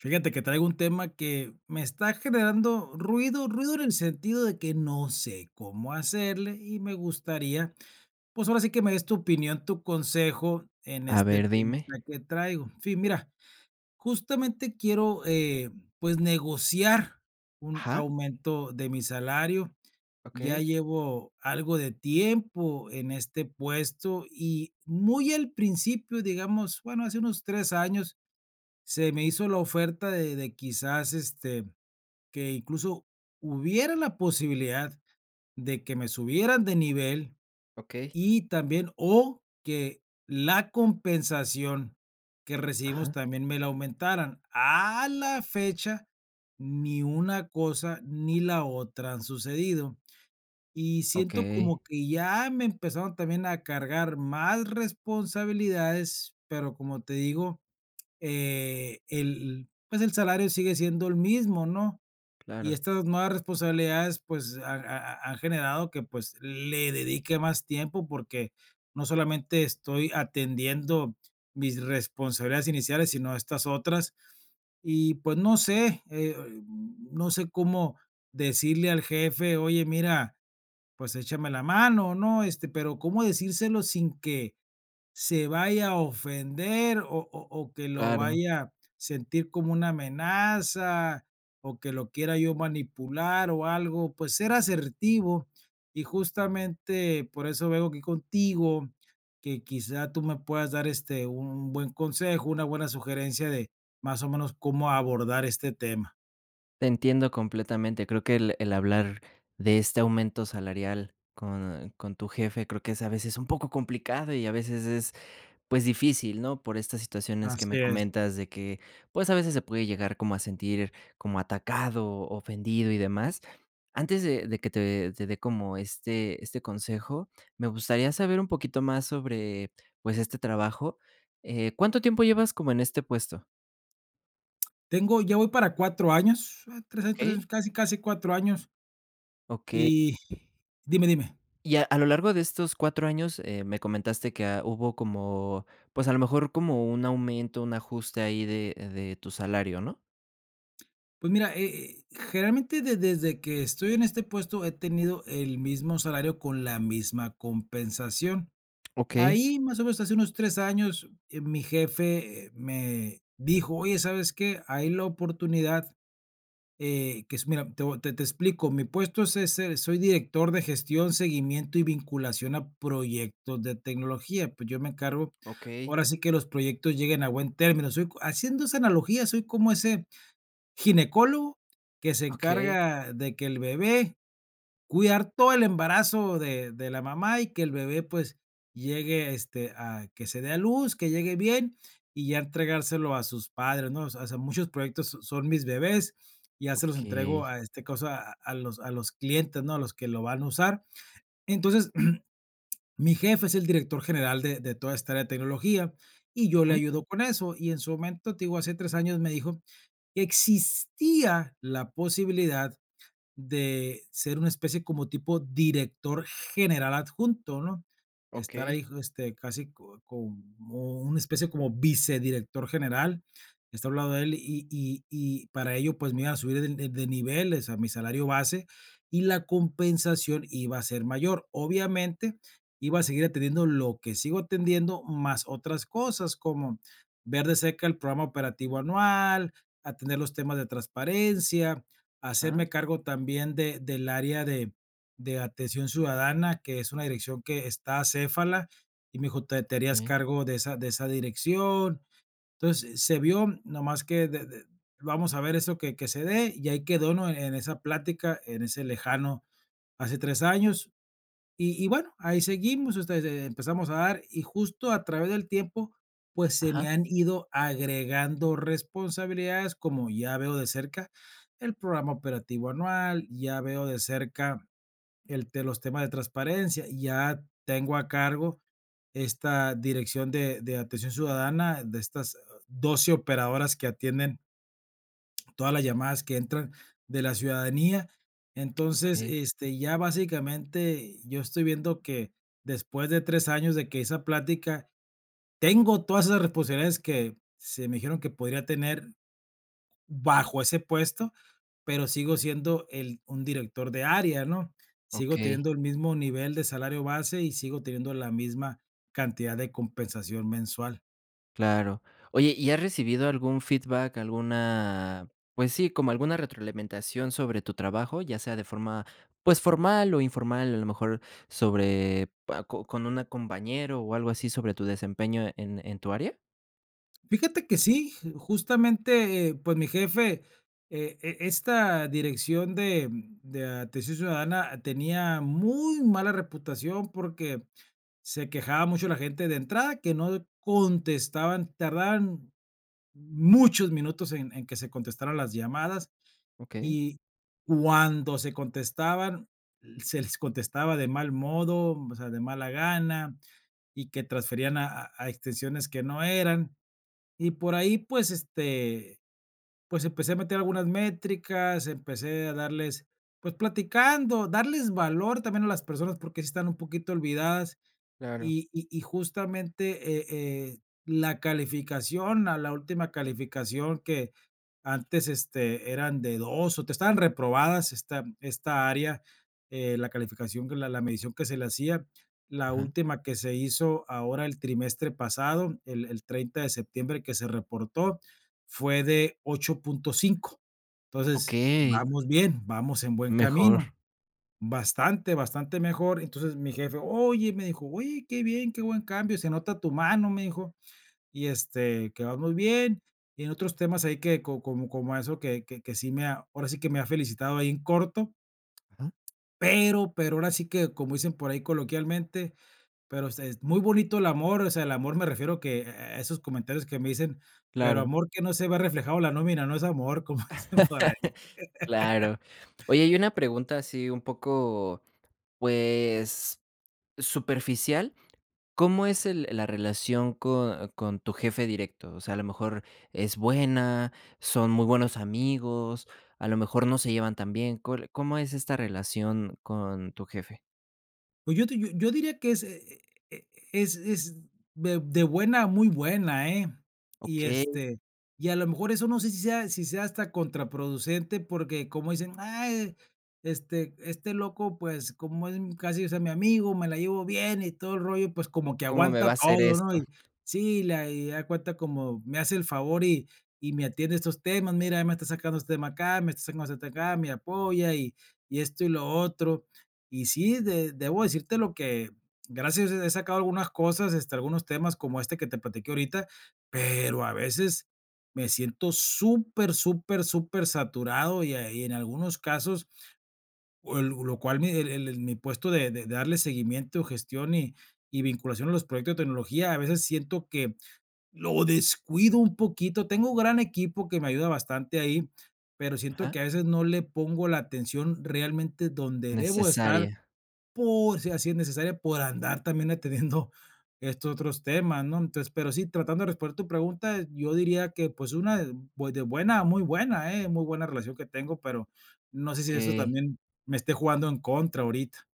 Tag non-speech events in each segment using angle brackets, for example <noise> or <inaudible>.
Fíjate que traigo un tema que me está generando ruido, ruido en el sentido de que no sé cómo hacerle y me gustaría, pues ahora sí que me des tu opinión, tu consejo en A este ver, tema dime. que traigo. En fin, mira, justamente quiero pues negociar un Ajá, aumento de mi salario. Ya okey, llevo algo de tiempo en este puesto y muy al principio, digamos, bueno, hace unos tres años se me hizo la oferta de quizás, este, que incluso hubiera la posibilidad de que me subieran de nivel okey. y también o que la compensación que recibimos Ajá, también me la aumentaran. A la fecha, ni una cosa ni la otra han sucedido, y siento okey, como que ya me empezaron también a cargar más responsabilidades, pero como te digo, el pues, el salario sigue siendo el mismo, ¿no? Y claro, estas nuevas responsabilidades, pues, han ha ha han generado que, pues, le dedique más tiempo, porque no solamente estoy atendiendo mis responsabilidades iniciales, sino estas otras. Y, pues, no sé, no sé cómo decirle al jefe: "Oye, mira, pues échame la mano, ¿no?" Este, pero ¿cómo decírselo sin que se vaya a ofender o que lo claro. vaya a sentir como una amenaza o que lo quiera yo manipular o algo? Pues ser asertivo y justamente por eso vengo aquí contigo, que quizá tú me puedas dar, este, un buen consejo, una buena sugerencia de más o menos cómo abordar este tema. Te entiendo completamente. Creo que el hablar de este aumento salarial con tu jefe, creo que es a veces un poco complicado y a veces es pues difícil, ¿no? Por estas situaciones que Así me es. comentas de que, pues, a veces se puede llegar como a sentir como atacado, ofendido y demás. Antes de que te dé como este consejo, me gustaría saber un poquito más sobre, pues, este trabajo. ¿Cuánto tiempo llevas como en este puesto? Tengo ya voy para 4 años, 3 años, 3 Okey, años, casi, casi 4 años. okey. Y dime, dime. Y a lo largo de estos 4 años, me comentaste que, hubo como, pues, a lo mejor como un aumento, un ajuste ahí de tu salario, ¿no? Pues mira, generalmente de desde que estoy en este puesto he tenido el mismo salario con la misma compensación. Okey. Ahí, más o menos, hace unos 3 años, mi jefe, me dijo: "Oye, ¿sabes qué? Hay la oportunidad". Que es, mira, te explico, mi puesto es, ese, soy director de gestión, seguimiento y vinculación a proyectos de tecnología, pues yo me encargo, Okey, ahora sí que los proyectos lleguen a buen término, soy, haciendo esa analogía, soy como ese ginecólogo que se okey. encarga de que el bebé. Cuidar todo el embarazo de la mamá y que el bebé, pues, llegue, este, a que se dé a luz, que llegue bien y ya entregárselo a sus padres, ¿no? O sea, muchos proyectos son mis bebés, y ya se los entrego Okey. a este cosa, a los clientes, ¿no? A los que lo van a usar. Entonces, <clears throat> mi jefe es el director general de toda esta área de tecnología y yo le Ujú. ayudo con eso. Y en su momento, te digo, hace 3 años me dijo que existía la posibilidad de ser una especie como tipo director general adjunto, ¿no? Estar Okey, ahí, este, casi co como una especie como vicedirector general, estar a lado de él y para ello, pues, me iban a subir de niveles a mi salario base y la compensación iba a ser mayor. Obviamente, iba a seguir atendiendo lo que sigo atendiendo, más otras cosas, como ver de cerca el programa operativo anual, atender los temas de transparencia, ajá. hacerme cargo también de del área de atención ciudadana, que es una dirección que está acéfala, y me dijo: "Te te harías Eh, cargo de esa dirección". Entonces, se vio, nomás que de vamos a ver eso que se dé, y ahí quedó, ¿no? En esa plática, en ese lejano hace 3 años. Y bueno, ahí seguimos, ustedes empezamos a dar y justo a través del tiempo, pues se me ajá, han ido agregando responsabilidades como ya veo de cerca el programa operativo anual, ya veo de cerca el, los temas de transparencia, ya tengo a cargo esta dirección de atención ciudadana de estas 12 operadoras que atienden todas las llamadas que entran de la ciudadanía. Entonces, okey, este, ya básicamente yo estoy viendo que después de 3 años de que esa plática, tengo todas esas responsabilidades que se me dijeron que podría tener bajo ese puesto, pero sigo siendo el un director de área, ¿no? Sigo okey, teniendo el mismo nivel de salario base y sigo teniendo la misma cantidad de compensación mensual. claro. Oye, ¿y has recibido algún feedback, alguna, pues sí, como alguna retroalimentación sobre tu trabajo? Ya sea de forma, pues, formal o informal, a lo mejor sobre pa co con una compañero o algo así sobre tu desempeño en tu área. Fíjate que sí, justamente, pues mi jefe, esta dirección de Atención Ciudadana tenía muy mala reputación porque se quejaba mucho la gente de entrada que no contestaban, tardaban muchos minutos en que se contestaran las llamadas Okey. y cuando se contestaban, se les contestaba de mal modo, o sea, de mala gana y que transferían a a extensiones que no eran. Y por ahí, pues, este, pues, empecé a meter algunas métricas, empecé a darles, pues, platicando, darles valor también a las personas, porque sí están un poquito olvidadas. Claro. Y justamente, la calificación, a la última calificación que antes, este, eran de 2 o te estaban reprobadas esta área, la calificación que la la medición que se le hacía. La Ajá. última que se hizo ahora el trimestre pasado, el 30 de septiembre que se reportó, fue de 8.5. Entonces, Okey, vamos bien, vamos en buen camino. mejor. Bastante, bastante mejor. Entonces, mi jefe: "Oye", me dijo: "Oye, qué bien, qué buen cambio, se nota tu mano", me dijo, "y, este, que vas muy bien". Y en otros temas ahí que co como como eso que sí me ha ahora sí que me ha felicitado ahí en corto, Ajá, pero ahora sí que, como dicen por ahí coloquialmente, pero este, es muy bonito el amor, o sea, el amor me refiero que a esos comentarios que me dicen, pero claro, amor que no se ve reflejado en la nómina no es amor, como <laughs> dicen por ahí. <laughs> claro. Oye, y una pregunta así un poco, pues superficial, ¿cómo es el la relación con tu jefe directo? O sea, a lo mejor es buena, son muy buenos amigos, a lo mejor no se llevan tan bien, ¿cuál cómo es esta relación con tu jefe? Pues yo te yo yo diría que es, es de buena a muy buena, ¿eh? Y, Okey, este, y a lo mejor eso no sé si sea hasta contraproducente, porque como dicen: "Ay, este este loco, pues, como es casi, o sea, mi amigo, me la llevo bien y todo el rollo, pues, como que ¿cómo me aguanta va a hacer todo", ¿no? esto? Y sí, la y da cuenta como me hace el favor y me atiende estos temas, mira, me está sacando este tema acá, me está sacando este tema acá, me apoya y esto y lo otro. Y sí, de debo decirte lo que gracias he sacado algunas cosas, este, algunos temas como este que te platiqué ahorita, pero a veces me siento súper, súper, súper saturado y a y en algunos casos, o el lo cual mi el mi puesto de darle seguimiento, gestión y vinculación a los proyectos de tecnología, a veces siento que lo descuido un poquito. Tengo un gran equipo que me ayuda bastante ahí, pero siento Ajá, que a veces no le pongo la atención realmente donde debo estar necesaria, por si así es necesaria, por andar también atendiendo <laughs> estos otros temas, ¿no? Entonces, pero sí, tratando de responder tu pregunta, yo diría que pues una de buena a muy buena, ¿eh? Muy buena relación que tengo, pero no sé si eso okey. también me esté jugando en contra ahorita.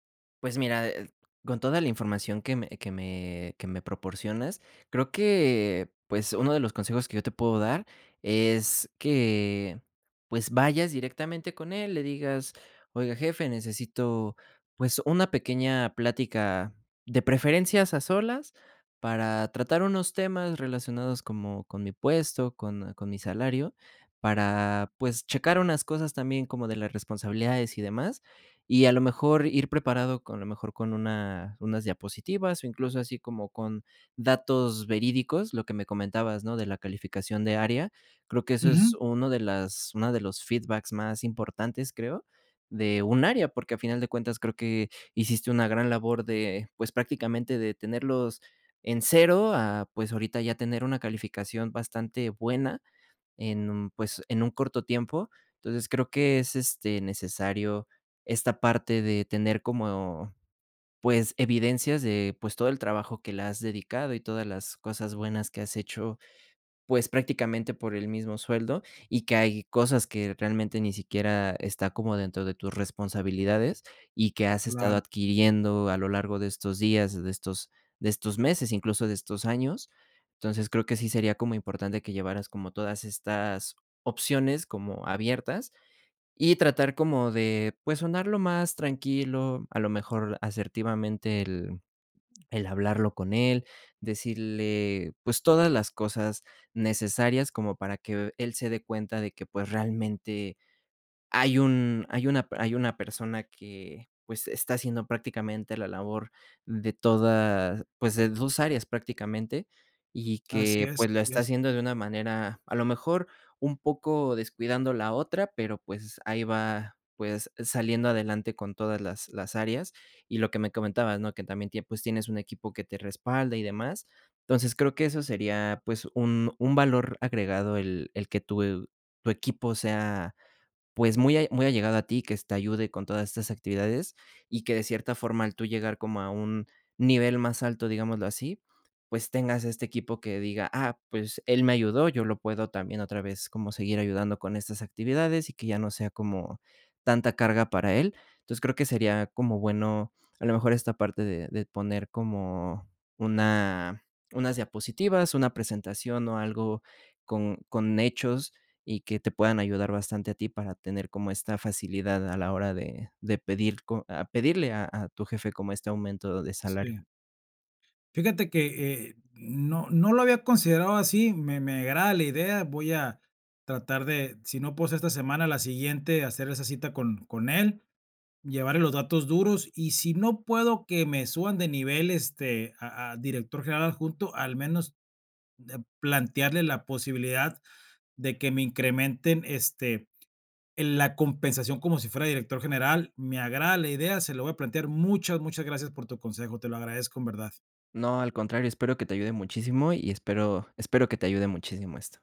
Pues mira, con toda la información que me que me que me proporcionas, creo que, pues, uno de los consejos que yo te puedo dar es que, pues, vayas directamente con él, le digas: "Oiga, jefe, necesito, pues, una pequeña plática, de preferencias a solas, para tratar unos temas relacionados como con mi puesto, con mi salario, para, pues, checar unas cosas también como de las responsabilidades y demás". Y a lo mejor ir preparado con a lo mejor con una unas diapositivas, o incluso así como con datos verídicos, lo que me comentabas, ¿no?, de la calificación de área. Creo que eso es Ujú, uno de las una de los feedbacks más importantes, creo, de un área, porque a final de cuentas creo que hiciste una gran labor de, pues, prácticamente de tenerlos en cero a, pues, ahorita ya tener una calificación bastante buena, en, pues, en un corto tiempo. Entonces, creo que es, este, necesario esta parte de tener como, pues, evidencias de, pues, todo el trabajo que le has dedicado y todas las cosas buenas que has hecho pues, prácticamente por el mismo sueldo, y que hay cosas que realmente ni siquiera está como dentro de tus responsabilidades, y que has estado claro, adquiriendo a lo largo de estos días, de estos meses, incluso de estos años. Entonces, creo que sí sería como importante que llevaras como todas estas opciones como abiertas y tratar como de, pues, sonar lo más tranquilo, a lo mejor asertivamente el hablarlo con él, decirle, pues, todas las cosas necesarias como para que él se dé cuenta de que, pues, realmente hay un hay una persona que, pues, está haciendo prácticamente la labor de todas pues, de 2 áreas prácticamente, y que, pues, lo así está es, haciendo de una manera, a lo mejor, un poco descuidando la otra, pero, pues, ahí va, pues, saliendo adelante con todas las áreas. Y lo que me comentabas, ¿no? Que también tie pues, tienes un equipo que te respalda y demás. Entonces, creo que eso sería, pues, un valor agregado el que tu tu equipo sea pues, muy a muy allegado a ti, que te ayude con todas estas actividades, y que de cierta forma, al tú llegar como a un nivel más alto, digámoslo así, pues, tengas este equipo que diga: "Ah, pues, él me ayudó, yo lo puedo también otra vez como seguir ayudando con estas actividades", y que ya no sea como tanta carga para él. Entonces, creo que sería como bueno, a lo mejor, esta parte de poner como una unas diapositivas, una presentación o algo con hechos y que te puedan ayudar bastante a ti para tener como esta facilidad a la hora de pedir co a pedirle a tu jefe como este aumento de salario. sí. Fíjate que no, no lo había considerado así, me agrada la idea, voy a tratar de, si no puedo ser esta semana, la siguiente, hacer esa cita con él. Llevarle los datos duros y si no puedo que me suban de nivel, este, a director general adjunto, al menos, plantearle la posibilidad de que me incrementen, este, en la compensación como si fuera director general. Me agrada la idea, se lo voy a plantear. Muchas, muchas gracias por tu consejo, te lo agradezco en verdad. No, al contrario, espero que te ayude muchísimo y espero que te ayude muchísimo esto.